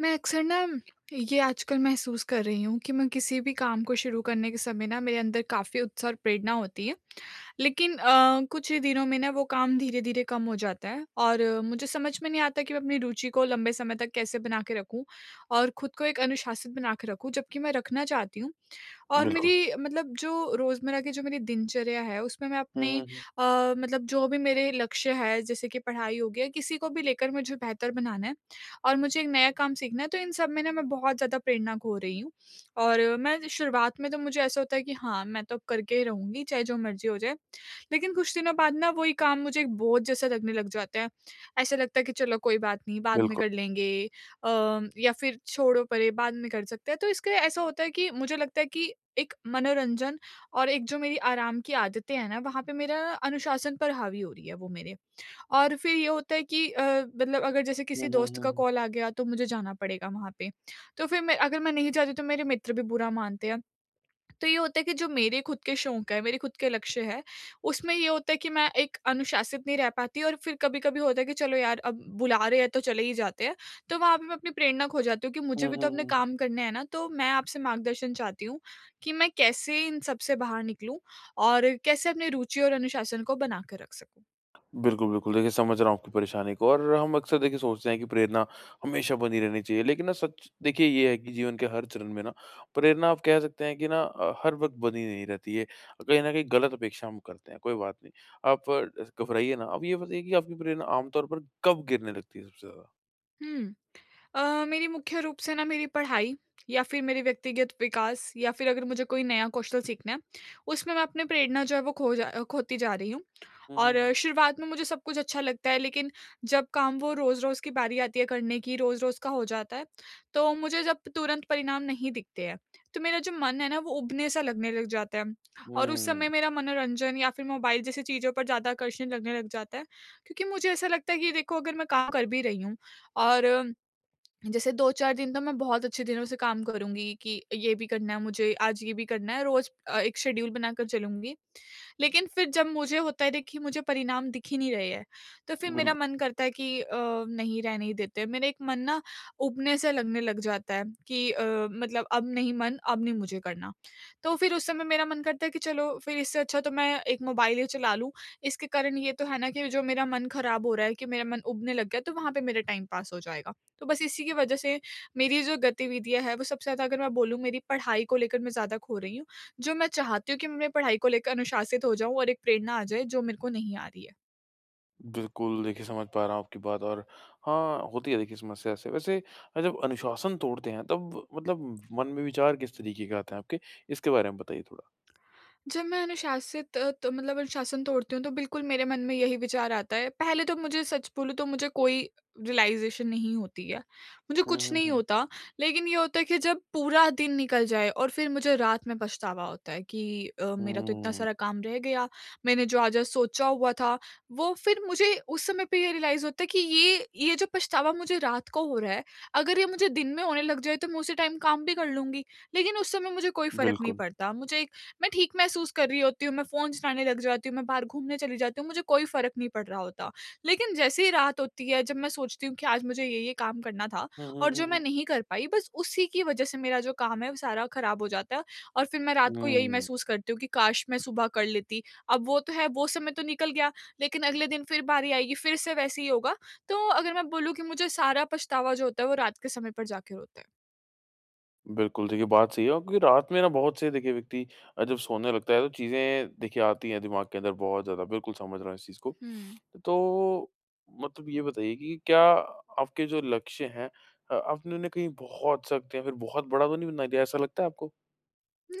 मैं अक्सर ना ये आजकल महसूस कर रही हूँ कि मैं किसी भी काम को शुरू करने के समय ना मेरे अंदर काफ़ी उत्साह और प्रेरणा होती है। लेकिन कुछ ही दिनों में ना वो काम धीरे-धीरे कम हो जाता है और मुझे समझ में नहीं आता कि मैं अपनी रुचि को लंबे समय तक कैसे बना के रखूँ और खुद को एक अनुशासित बना के रखूँ, जबकि मैं रखना चाहती हूँ। और बिल्कुल। मेरी मतलब जो रोज़मर्रा की जो मेरी दिनचर्या है, उसमें मैं हुँ, अपने हुँ, हुँ। मतलब जो भी मेरे लक्ष्य है, जैसे कि पढ़ाई हो गया, किसी को भी लेकर मुझे बेहतर बनाना है और मुझे एक नया काम सीखना है, तो इन सब में ना मैं बहुत ज़्यादा प्रेरणा खो रही हूँ। और मैं शुरुआत में तो मुझे ऐसा होता है कि हाँ, मैं तो अब करके ही रहूँगी, चाहे जो मर्ज़ी हो जाए। लेकिन कुछ दिनों बाद ना वही काम मुझे एक बोझ जैसा लगने लग जाता है। ऐसा लगता है कि चलो कोई बात नहीं, बाद में बिल्कुल। कर लेंगे, अ, या फिर छोड़ो परे, बाद में कर सकते हैं। तो इसके ऐसा होता है कि मुझे लगता है कि एक मनोरंजन और एक जो मेरी आराम की आदतें हैं ना, वहाँ पे मेरा अनुशासन पर हावी हो रही है वो मेरे। और फिर ये होता है कि मतलब अगर जैसे हुँ, किसी हुँ, दोस्त का हुँ। कॉल आ गया तो मुझे जाना पड़ेगा वहाँ पे। तो फिर मैं अगर मैं नहीं जाती तो मेरे मित्र भी बुरा मानते हैं। तो ये होता है कि जो मेरे खुद के शौक है, मेरे खुद के लक्ष्य है, उसमें ये होता है कि मैं एक अनुशासित नहीं रह पाती और फिर कभी-कभी होता है कि चलो यार अब बुला रहे हैं तो चले ही जाते हैं। तो वहाँ पे मैं अपनी प्रेरणा खो जाती हूँ कि मुझे हुँ, भी तो हुँ, अपने हुँ। काम करने हैं ना, तो मैं आपसे मार्गदर्शन चाहती हूँ कि मैं कैसे इन सब से बाहर निकलूँ और कैसे अपनी रुचि और अनुशासन को बना कर रख सकूँ? बिल्कुल, बिल्कुल। देखिए समझ रहा हूँ आपकी परेशानी को और हम अक्सर देखिए सोचते हैं कि प्रेरणा हमेशा बनी रहनी चाहिए। लेकिन ना सच देखिए ये है कि जीवन के हर चरण में ना प्रेरणा आप कह सकते हैं कि ना हर वक़्त बनी नहीं रहती है। कहीं न कहीं गलत अपेक्षा हम करते हैं, कोई बात नहीं। आप घबराइए ना। अब ये बताइए कि आपकी प्रेरणा आम तौर पर कब गिरने लगती है सबसे ज़्यादा? हुँ। मेरी मुख्य रूप से ना मेरी पढ़ाई या फिर मेरे व्यक्तिगत विकास या फिर अगर मुझे कोई नया कौशल सीखना है, उसमें मैं अपनी प्रेरणा जो है वो खोती जा रही हूँ। हुँ, और हुँ। शुरुआत में मुझे सब कुछ अच्छा लगता है, लेकिन जब काम वो रोज़-रोज़ की बारी आती है करने की, रोज़-रोज़ का हो जाता है, तो मुझे जब तुरंत परिणाम नहीं दिखते हैं, तो मेरा जो मन है ना वो उबने-सा लगने लग जाता है और उस समय हुँ, मेरा मनोरंजन या फिर मोबाइल जैसी चीज़ों पर ज़्यादा आकर्षण लगने लग जाता है। क्योंकि मुझे ऐसा लगता है कि देखो अगर मैं काम कर भी रही हूँ और जैसे 2-4 दिन तो मैं बहुत अच्छे दिनों से काम करूँगी कि ये भी करना है मुझे, आज ये भी करना है, रोज़ एक शेड्यूल बनाकर चलूँगी। लेकिन फिर जब मुझे होता है देखिए मुझे परिणाम दिख ही नहीं रहे हैं, तो फिर मेरा बिल्कुल। मन करता है कि नहीं रहने ही देते हैं। मेरा एक मन ना ऊबने सा लगने लग जाता है कि मतलब अब नहीं मन, अब नहीं मुझे करना। तो फिर उस समय मेरा मन करता है कि चलो फिर इससे अच्छा तो मैं एक मोबाइल ही चला लूँ। इसके कारण ये तो है ना कि जो मेरा मन खराब हो रहा है कि मेरा मन ऊबने लग गया, तो वहाँ पे मेरा टाइम पास हो जाएगा। तो बस इसी की वजह से मेरी जो गतिविधियाँ हैं वो सबसे ज़्यादा, अगर मैं बोलूँ, मेरी पढ़ाई को लेकर मैं ज़्यादा खो रही हूँ। जो मैं चाहती हूँ कि मैं अपनी पढ़ाई को लेकर अनुशासित हो जाऊँ और एक प्रेरणा आ जाए, जो मेरे को नहीं आ रही है। बिल्कुल, देखिए समझ पा रहा हूँ आपकी बात और हाँ, होती है देखिए समस्या ऐसे। वैसे जब अनुशासन तोड़ते हैं तब मतलब मन में विचार किस तरीके के आते हैं आपके? इसके बारे में बताइए थोड़ा? जब मैं तो मतलब अनुशासन तोड़ती हूँ तो बिल्कुल मेरे मन में यही विचार आता है। पहले तो मुझे सच बोलूँ तो मुझे कोई रियलाइज़ेशन नहीं होती है। मुझे हुँ, कुछ हुँ, नहीं हुँ। होता, लेकिन ये होता है कि जब पूरा दिन निकल जाए और फिर मुझे रात में पछतावा होता है कि मेरा तो इतना हुँ, सारा काम रह गया, मैंने जो आज-आज सोचा हुआ था, वो फिर मुझे उस समय पे ये रियलाइज़ होता है कि ये जो पछतावा मुझे रात को हो रहा है, अगर ये मुझे दिन में होने लग जाए तो मैं उसी टाइम काम भी कर लूँगी। लेकिन उस समय मुझे कोई फ़र्क नहीं बिल्कुल। पड़ता। मुझे मैं ठीक महसूस कर रही होती हूँ, मैं फ़ोन चलाने लग जाती हूँ, मैं बाहर घूमने चली जाती हूँ, मुझे कोई फ़र्क नहीं पड़ रहा होता। लेकिन जैसे ही रात होती है, जब मैं सोचती हूँ कि आज मुझे ये-ये काम करना था हुँ, हुँ, और हुँ, जो मैं हुँ। नहीं कर पाई, बस उसी की वज़ह से मेरा जो काम है, वो सारा ख़राब हो जाता है और फिर मैं रात को यही हुँ। महसूस करती हूँ कि काश मैं सुबह कर लेती। अब वो तो है, वो समय तो निकल गया, लेकिन अगले दिन फिर बारी आएगी, फिर से वैसे ही होगा। तो अगर मैं बोलूँ कि मुझे सारा पछतावा जो होता है, वो रात के समय पर जाके होता है। बिल्कुल, देखिए बात सही है और क्योंकि रात में ना बहुत से देखिए व्यक्ति जब सोने लगता है तो चीज़ें देखिए आती हैं दिमाग के अंदर बहुत ज़्यादा, बिल्कुल समझ रहा हूँ इस चीज़ को। हुँ। तो मतलब ये बताइए कि क्या आपके जो लक्ष्य हैं आपने उन्हें कहीं बहुत सख्त या फिर बहुत बड़ा तो नहीं बना दिया, ऐसा लगता है आपको?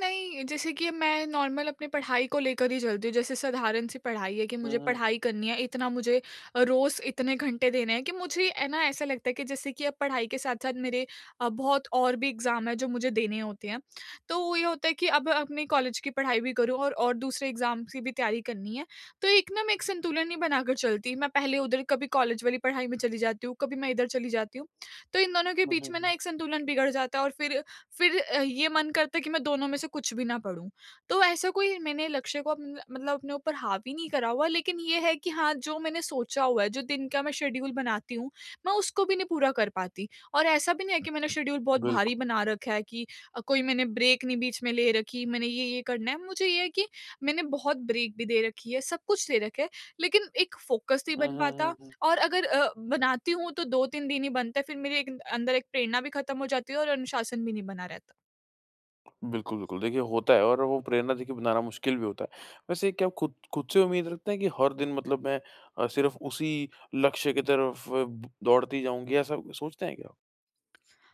नहीं, जैसे कि मैं नॉर्मल अपनी पढ़ाई को लेकर ही चलती हूँ। जैसे साधारण सी पढ़ाई है कि हुँ, मुझे हुँ, हुँ। पढ़ाई करनी है, इतना मुझे रोज़ इतने घंटे देने हैं कि मुझे है ना, ऐसा लगता है कि जैसे कि अब पढ़ाई के साथ-साथ मेरे बहुत और भी एग्ज़ाम हैं जो मुझे देने होते हैं। तो ये होता है कि अब अपनी कॉलेज की पढ़ाई भी करूँ और दूसरे एग्ज़ाम की भी तैयारी करनी है। तो एक ना मैं एक संतुलन नहीं बनाकर चलती। मैं पहले उधर कभी कॉलेज वाली पढ़ाई में चली जाती हूँ, कभी मैं इधर चली जाती हूँ। तो इन दोनों के हुँ, बीच हुँ, में ना हुँ। एक संतुलन बिगड़ जाता है और फिर ये मन करता है कि मैं दोनों में से कुछ भी ना पढ़ूँ। तो ऐसा कोई मैंने लक्ष्य को अपन मतलब अपने ऊपर हावी नहीं करा हुआ, लेकिन ये है कि हाँ, जो मैंने सोचा हुआ है, जो दिन का मैं शेड्यूल बनाती हूँ, मैं उसको भी नहीं पूरा कर पाती। और ऐसा भी नहीं है कि मैंने अच्छा शेड्यूल बहुत भारी बिल्कुल। बना रखा है, कि कोई मैंने ब्रेक नहीं बीच में ले रखी, मैंने ये-ये करना है। मुझे ये है कि मैंने बहुत ब्रेक भी दे रखी है, सब कुछ दे रखा है, लेकिन एक फ़ोकस नहीं हुँ, बन हुँ, हुँ, पाता हुँ। और अगर बनाती हूँ तो 2-3 दिन ही बनता है, फिर मेरे एक अंदर एक प्रेरणा भी खत्म हो जाती है और अनुशासन भी नहीं बना रहता। बिल्कुल, बिल्कुल। देखिए होता है और वो प्रेरणा देखिए बनाना मुश्किल भी होता है। वैसे क्या आप खुद खुद से उम्मीद रखते हैं कि हर दिन मतलब मैं सिर्फ़ उसी लक्ष्य की तरफ अ, ब दौड़ते ही जाऊँगी, ऐसा सोचते हैं क्या? आप?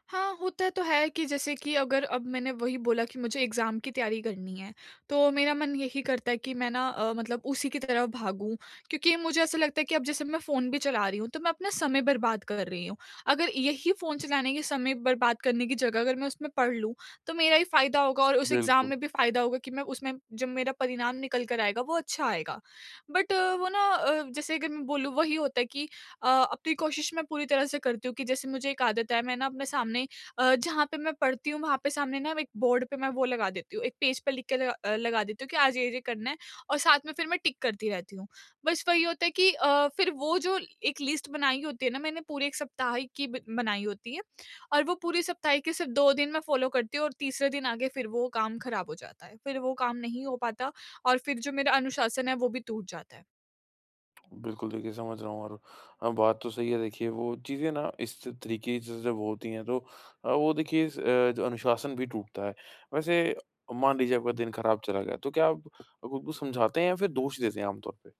हाँ, होता तो है कि जैसे कि अगर अब मैंने वही बोला कि मुझे एग्ज़ाम की तैयारी करनी है, तो मेरा मन यही करता है कि मैं ना मतलब उसी की तरफ भागूँ। क्योंकि मुझे ऐसा लगता है कि अब जैसे मैं फ़ोन भी चला रही हूँ, तो मैं अपना समय बर्बाद कर रही हूँ। अगर यही फ़ोन चलाने के समय बर्बाद करने की जगह अगर मैं उसमें पढ़ लूँ, तो मेरा ही फ़ायदा होगा और उस एग्ज़ाम बिल्कुल, में भी फ़ायदा होगा कि मैं उसमें जब मेरा परिणाम निकल कर आएगा, वो अच्छा आएगा। बट वो ना जैसे अगर मैं बोलूँ, वही होता है कि अपनी कोशिश मैं पूरी तरह से करती हूँ कि जैसे मुझे एक आदत है, मैं ना अपने सामने जहाँ पे मैं पढ़ती हूँ वहाँ पे सामने ना एक बोर्ड पे मैं वो लगा देती हूँ, एक पेज पे लिख के लगा देती हूँ कि आज ये करना है और साथ में फिर मैं टिक करती रहती हूँ। बस वही होता है कि फिर वो जो एक लिस्ट बनाई होती है ना मैंने, पूरी एक सप्ताह की बनाई होती है और वो पूरी सप्ताह के सिर्फ 2 दिन मैं फॉलो करती हूँ और तीसरे दिन आगे फिर वो काम खराब हो जाता है, फिर वो काम नहीं हो पाता और फिर जो मेरा अनुशासन है वो भी टूट जाता है। बिल्कुल देखिए समझ रहा हूँ और बात तो सही है देखिए वो चीज़ें ना इस तरीके से जब होती हैं तो वो देखिए इस जो अनुशासन भी टूटता है। वैसे मान लीजिए आपका दिन खराब चला गया, तो क्या आप खुद को समझाते हैं या फिर दोष देते हैं आमतौर पे?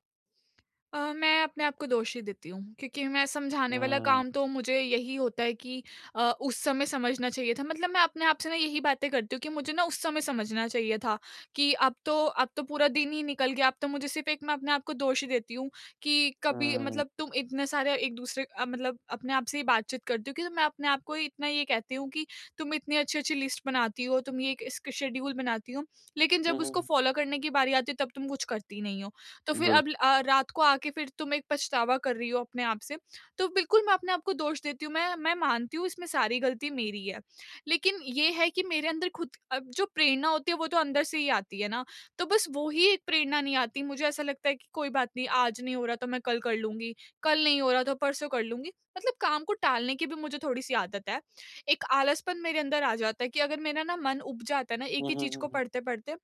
मैं अपने आप को दोषी देती हूँ, क्योंकि मैं हुँ, समझाने वाला हुँ। काम तो मुझे यही होता है कि उस समय समझना चाहिए था, मतलब मैं अपने आप से ना यही बातें करती हूँ कि मुझे ना उस समय समझना चाहिए था कि अब तो पूरा दिन ही निकल गया, अब तो मुझे सिर्फ एक, मैं अपने आप को दोषी देती हूँ कि कभी, मतलब तुम इतने सारे, एक दूसरे मतलब अपने आप से ही बातचीत करती हूँ, कि तो मैं अपने आप को इतना ये कहती हूँ कि तुम इतनी अच्छी अच्छी लिस्ट बनाती हो, तुम ये एक शेड्यूल बनाती हो, लेकिन हुँ, जब उसको हुँ। फॉलो करने की बारी आती है तब तुम कुछ करती नहीं हो, तो फिर बिल अब रात को आके फिर तुम एक पछतावा कर रही हो अपने आप से। तो बिल्कुल मैं अपने आप को दोष देती हूँ, मैं मानती हूँ इसमें सारी गलती मेरी है। लेकिन ये है कि मेरे अंदर खुद अब जो प्रेरणा होती है वो तो अंदर से ही आती है ना, तो बस वो ही एक प्रेरणा नहीं आती। मुझे ऐसा लगता है कि कोई बात नहीं, आज नहीं हो रहा तो मैं कल कर लूँगी, कल नहीं हो रहा तो परसों कर लूँगी। मतलब काम को टालने की भी मुझे थोड़ी-सी आदत है। एक आलसपन मेरे अंदर आ जाता है कि अगर मेरा ना मन ऊब जाता है ना एक हुँ, ही हुँ, चीज़ हुँ, को हुँ। पढ़ते-पढ़ते,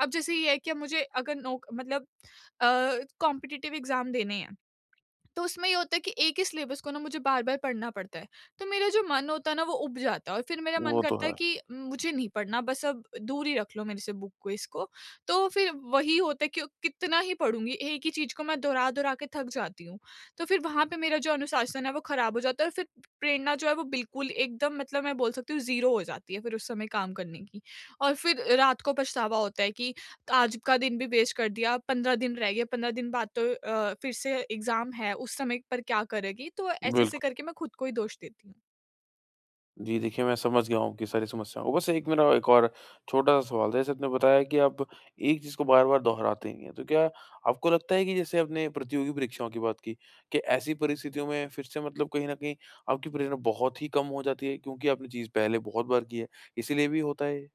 अब जैसे ये है कि अब मुझे अगर नौक मतलब अ, कॉम्पिटिटिव एग्ज़ाम देने हैं, तो उसमें ये होता है कि एक ही सिलेबस को ना मुझे बार-बार पढ़ना पड़ता है। तो मेरा जो मन होता है ना वो उब जाता है और फिर मेरा मन वो तो करता है। है कि मुझे नहीं पढ़ना बस अब, दूर ही रख लो मेरे से बुक को, इसको। तो फिर वही होता है कि कितना ही पढ़ूँगी, एक ही चीज़ को मैं दोहरा-दोहरा के थक जाती हूँ। तो फिर वहाँ पे मेरा जो अनुशासन है वो ख़राब हो जाता है और फिर प्रेरणा जो है वो बिल्कुल एकदम, मतलब मैं बोल सकती हूँ, ज़ीरो हो जाती है फिर उस समय काम करने की। और फिर रात को पछतावा होता है कि आज का दिन भी वेस्ट कर दिया, 15 दिन रह गए, 15 दिन बाद तो फिर से एग्ज़ाम है, उस समय पर क्या करेगी? तो ऐसे-ऐसे बिल्कुल। करके मैं खुद को ही दोष देती हूँ। जी, देखिए मैं समझ गया हूँ आपकी सारी समस्याओं को। बस एक मेरा एक और छोटा-सा सवाल था, जैसे आपने बताया कि आप एक चीज़ को बार-बार दोहराते ही हैं, तो क्या आपको लगता है कि जैसे आपने प्रतियोगी परीक्षाओं की बात की, कि ऐसी परिस्थितियों में फिर से मतलब कहीं न कहीं आपकी प्रेरणा बहुत ही कम हो जाती है क्योंकि आपने चीज़ पहले बहुत बार की है, इसीलिए भी होता है ये?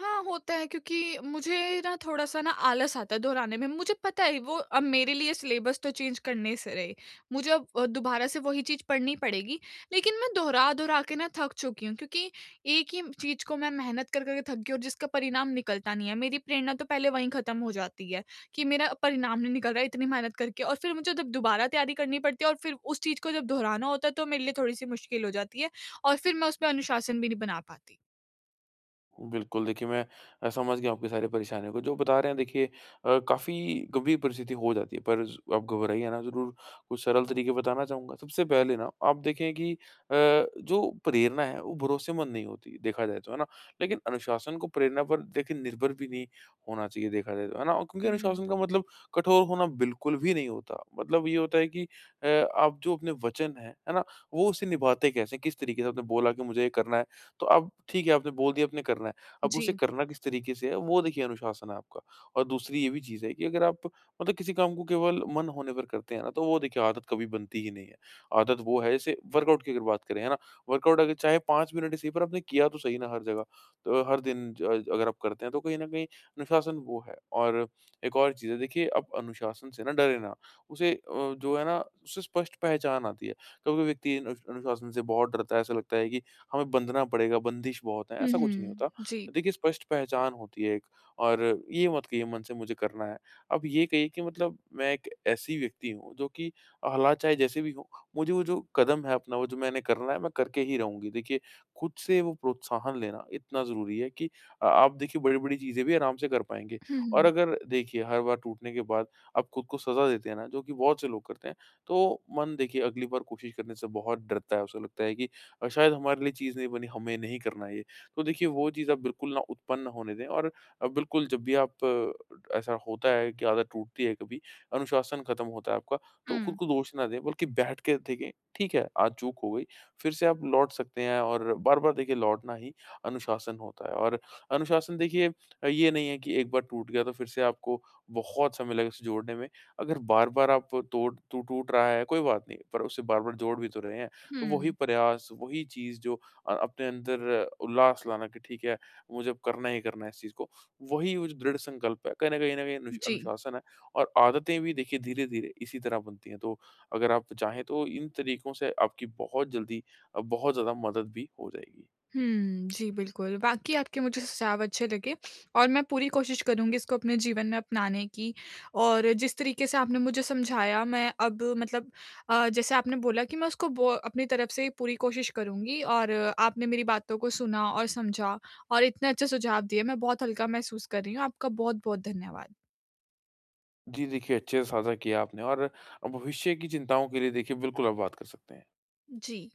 हाँ, होता है, क्योंकि मुझे ना थोड़ा-सा ना आलस आता है दोहराने में। मुझे पता है वो अब मेरे लिए सिलेबस तो चेंज करने से रहे। मुझे अब दोबारा से वही चीज़ पढ़नी पड़ेगी। लेकिन मैं दोहरा-दोहरा के ना थक चुकी हूँ, क्योंकि एक ही चीज़ को मैं मेहनत कर, कर के थक गई और जिसका परिणाम निकलता नहीं है। मेरी प्रेरणा तो पहले वहीं ख़त्म हो जाती है कि मेरा परिणाम नहीं निकल रहा है इतनी मेहनत करके, और फिर मुझे जब दोबारा तैयारी करनी पड़ती है और फिर उस चीज़ को जब दोहराना होता है तो मेरे लिए थोड़ी-सी मुश्किल हो जाती है और फिर मैं उसमें अनुशासन भी नहीं बना पाती। बिल्कुल, देखिए मैं समझ गया आपकी सारी परेशानियों को, जो बता रहे हैं देखिए काफ़ी गंभीर परिस्थिति हो जाती है, पर ज़ आप घबराइए ना ज़रूर, कुछ सरल तरीके बताना चाहूँगा। सबसे पहले ना आप देखें कि जो प्रेरणा है वो भरोसेमंद नहीं होती, देखा जाए तो, है ना? लेकिन अनुशासन को प्रेरणा पर देखिए निर्भर भी नहीं होना चाहिए देखा जाए तो, है ना? और क्योंकि हुँ। अनुशासन का मतलब कठोर होना बिल्कुल भी नहीं होता, मतलब ये होता है कि आप जो अपने वचन हैं, है ना? वो उसे निभाते कैसे हैं, किस तरीके से आपने बोला कि मुझे ये करना है तो अब ठीक है आपने बोल दिया आपने करना है। अब उसे जी। करना किस तरीके से है वो देखिए अनुशासन है आपका। और दूसरी ये भी चीज़ है कि अगर आप मतलब किसी काम को केवल मन होने पर करते हैं ना तो वो देखिए आदत कभी बनती ही नहीं है। आदत वो है जैसे वर्कआउट की अगर बात करें है ना, वर्कआउट अगर चाहे 5 मिनट ही सही पर आपने किया तो सही ना हर जगह। तो हर दिन ज अगर आप करते हैं तो कहीं न कहीं अनुशासन वो है। और एक और चीज़ है देखिए आप अनुशासन से ना डरे ना। उसे जो है ना उसे स्पष्ट पहचान आती है। कभी-कभी व्यक्ति अनुशासन से बहुत डरता है। ऐसा लगता है कि हमें बंधना पड़ेगा, बंदिश बहुत है, हुँ, ऐसा कुछ नहीं हुँ। होता। जी। देखिए स्पष्ट पहचान होती है एक और ये मत कहिए मन से मुझे करना है। आप ये कहिए कि मतलब मैं एक ऐसी व्यक्ति हूँ जो कि हालात चाहे जैसे भी हों, मुझे वो जो कदम है अपना, वो जो मैंने करना है, मैं करके ही रहूँगी। देखिए खुद से वो प्रोत्साहन लेना इतना ज़रूरी है कि आप देखिए बड़ी-बड़ी चीज़ें भी आराम से कर पाएँगे और हुँ, अगर देखिए हर बार टूटने के बाद आप खुद को सज़ा देते हैं ना, जो कि बहुत से लोग करते हैं, तो मन देखिए अगली बार कोशिश करने से बहुत डरता है। उसे लगता है कि शायद हमारे लिए चीज़ नहीं बनी, हमें नहीं करना ये। तो देखिए वो चीज़ आप बिल्कुल ना उत्पन्न होने दें और बिल्कुल जब भी आप ऐसा होता है कि आदत टूटती है कभी, अनुशासन खत्म होता है आपका, तो खुद हुँ। को दोष ना दें बल्कि बैठ के देखें, ठीक है, आज चूक हो गई, फिर से आप लौट सकते हैं और बार-बार देखिए लौटना ही अनुशासन होता है। और अनुशासन देखिए ये नहीं है कि एक बार टूट गया तो फिर से आपको बहुत समय लगे उसे जोड़ने में। अगर बार-बार आप तोड़ टू टूट रहा है कोई बात नहीं, पर उसे बार-बार जोड़ भी तो रहे हैं। हुँ, तो वही हुँ। प्रयास, वही चीज़ जो अपने अंदर उल्लास लाना कि ठीक है, मुझे अब करना ही करना है इस चीज़ को, वही वो जो दृढ़ संकल्प है, कहीं न कहीं अनुश जी। अनुशासन है और आदतें भी देखिए धीरे-धीरे इसी तरह बनती हैं। तो अगर आप चाहें तो इन तरीकों से आपकी बहुत जल्दी बहुत ज़्यादा मदद भी हो जाएगी। हुँ, जी, बिल्कुल। वाक़ई आपके मुझे सुझाव अच्छे लगे और मैं पूरी कोशिश करूँगी इसको अपने जीवन में अपनाने की, और जिस तरीके से आपने मुझे समझाया, मैं अब मतलब जैसे आपने बोला कि मैं उसको बो अपनी तरफ से पूरी कोशिश करूँगी, और आपने मेरी बातों को सुना और समझा और इतने अच्छे सुझाव दिए, मैं बहुत हल्का महसूस कर रही हूँ। आपका बहुत-बहुत धन्यवाद। जी देखिए, अच्छे से साझा किया आपने और भविष्य की चिंताओं के लिए देखिए बिल्कुल आप बात कर सकते हैं। जी।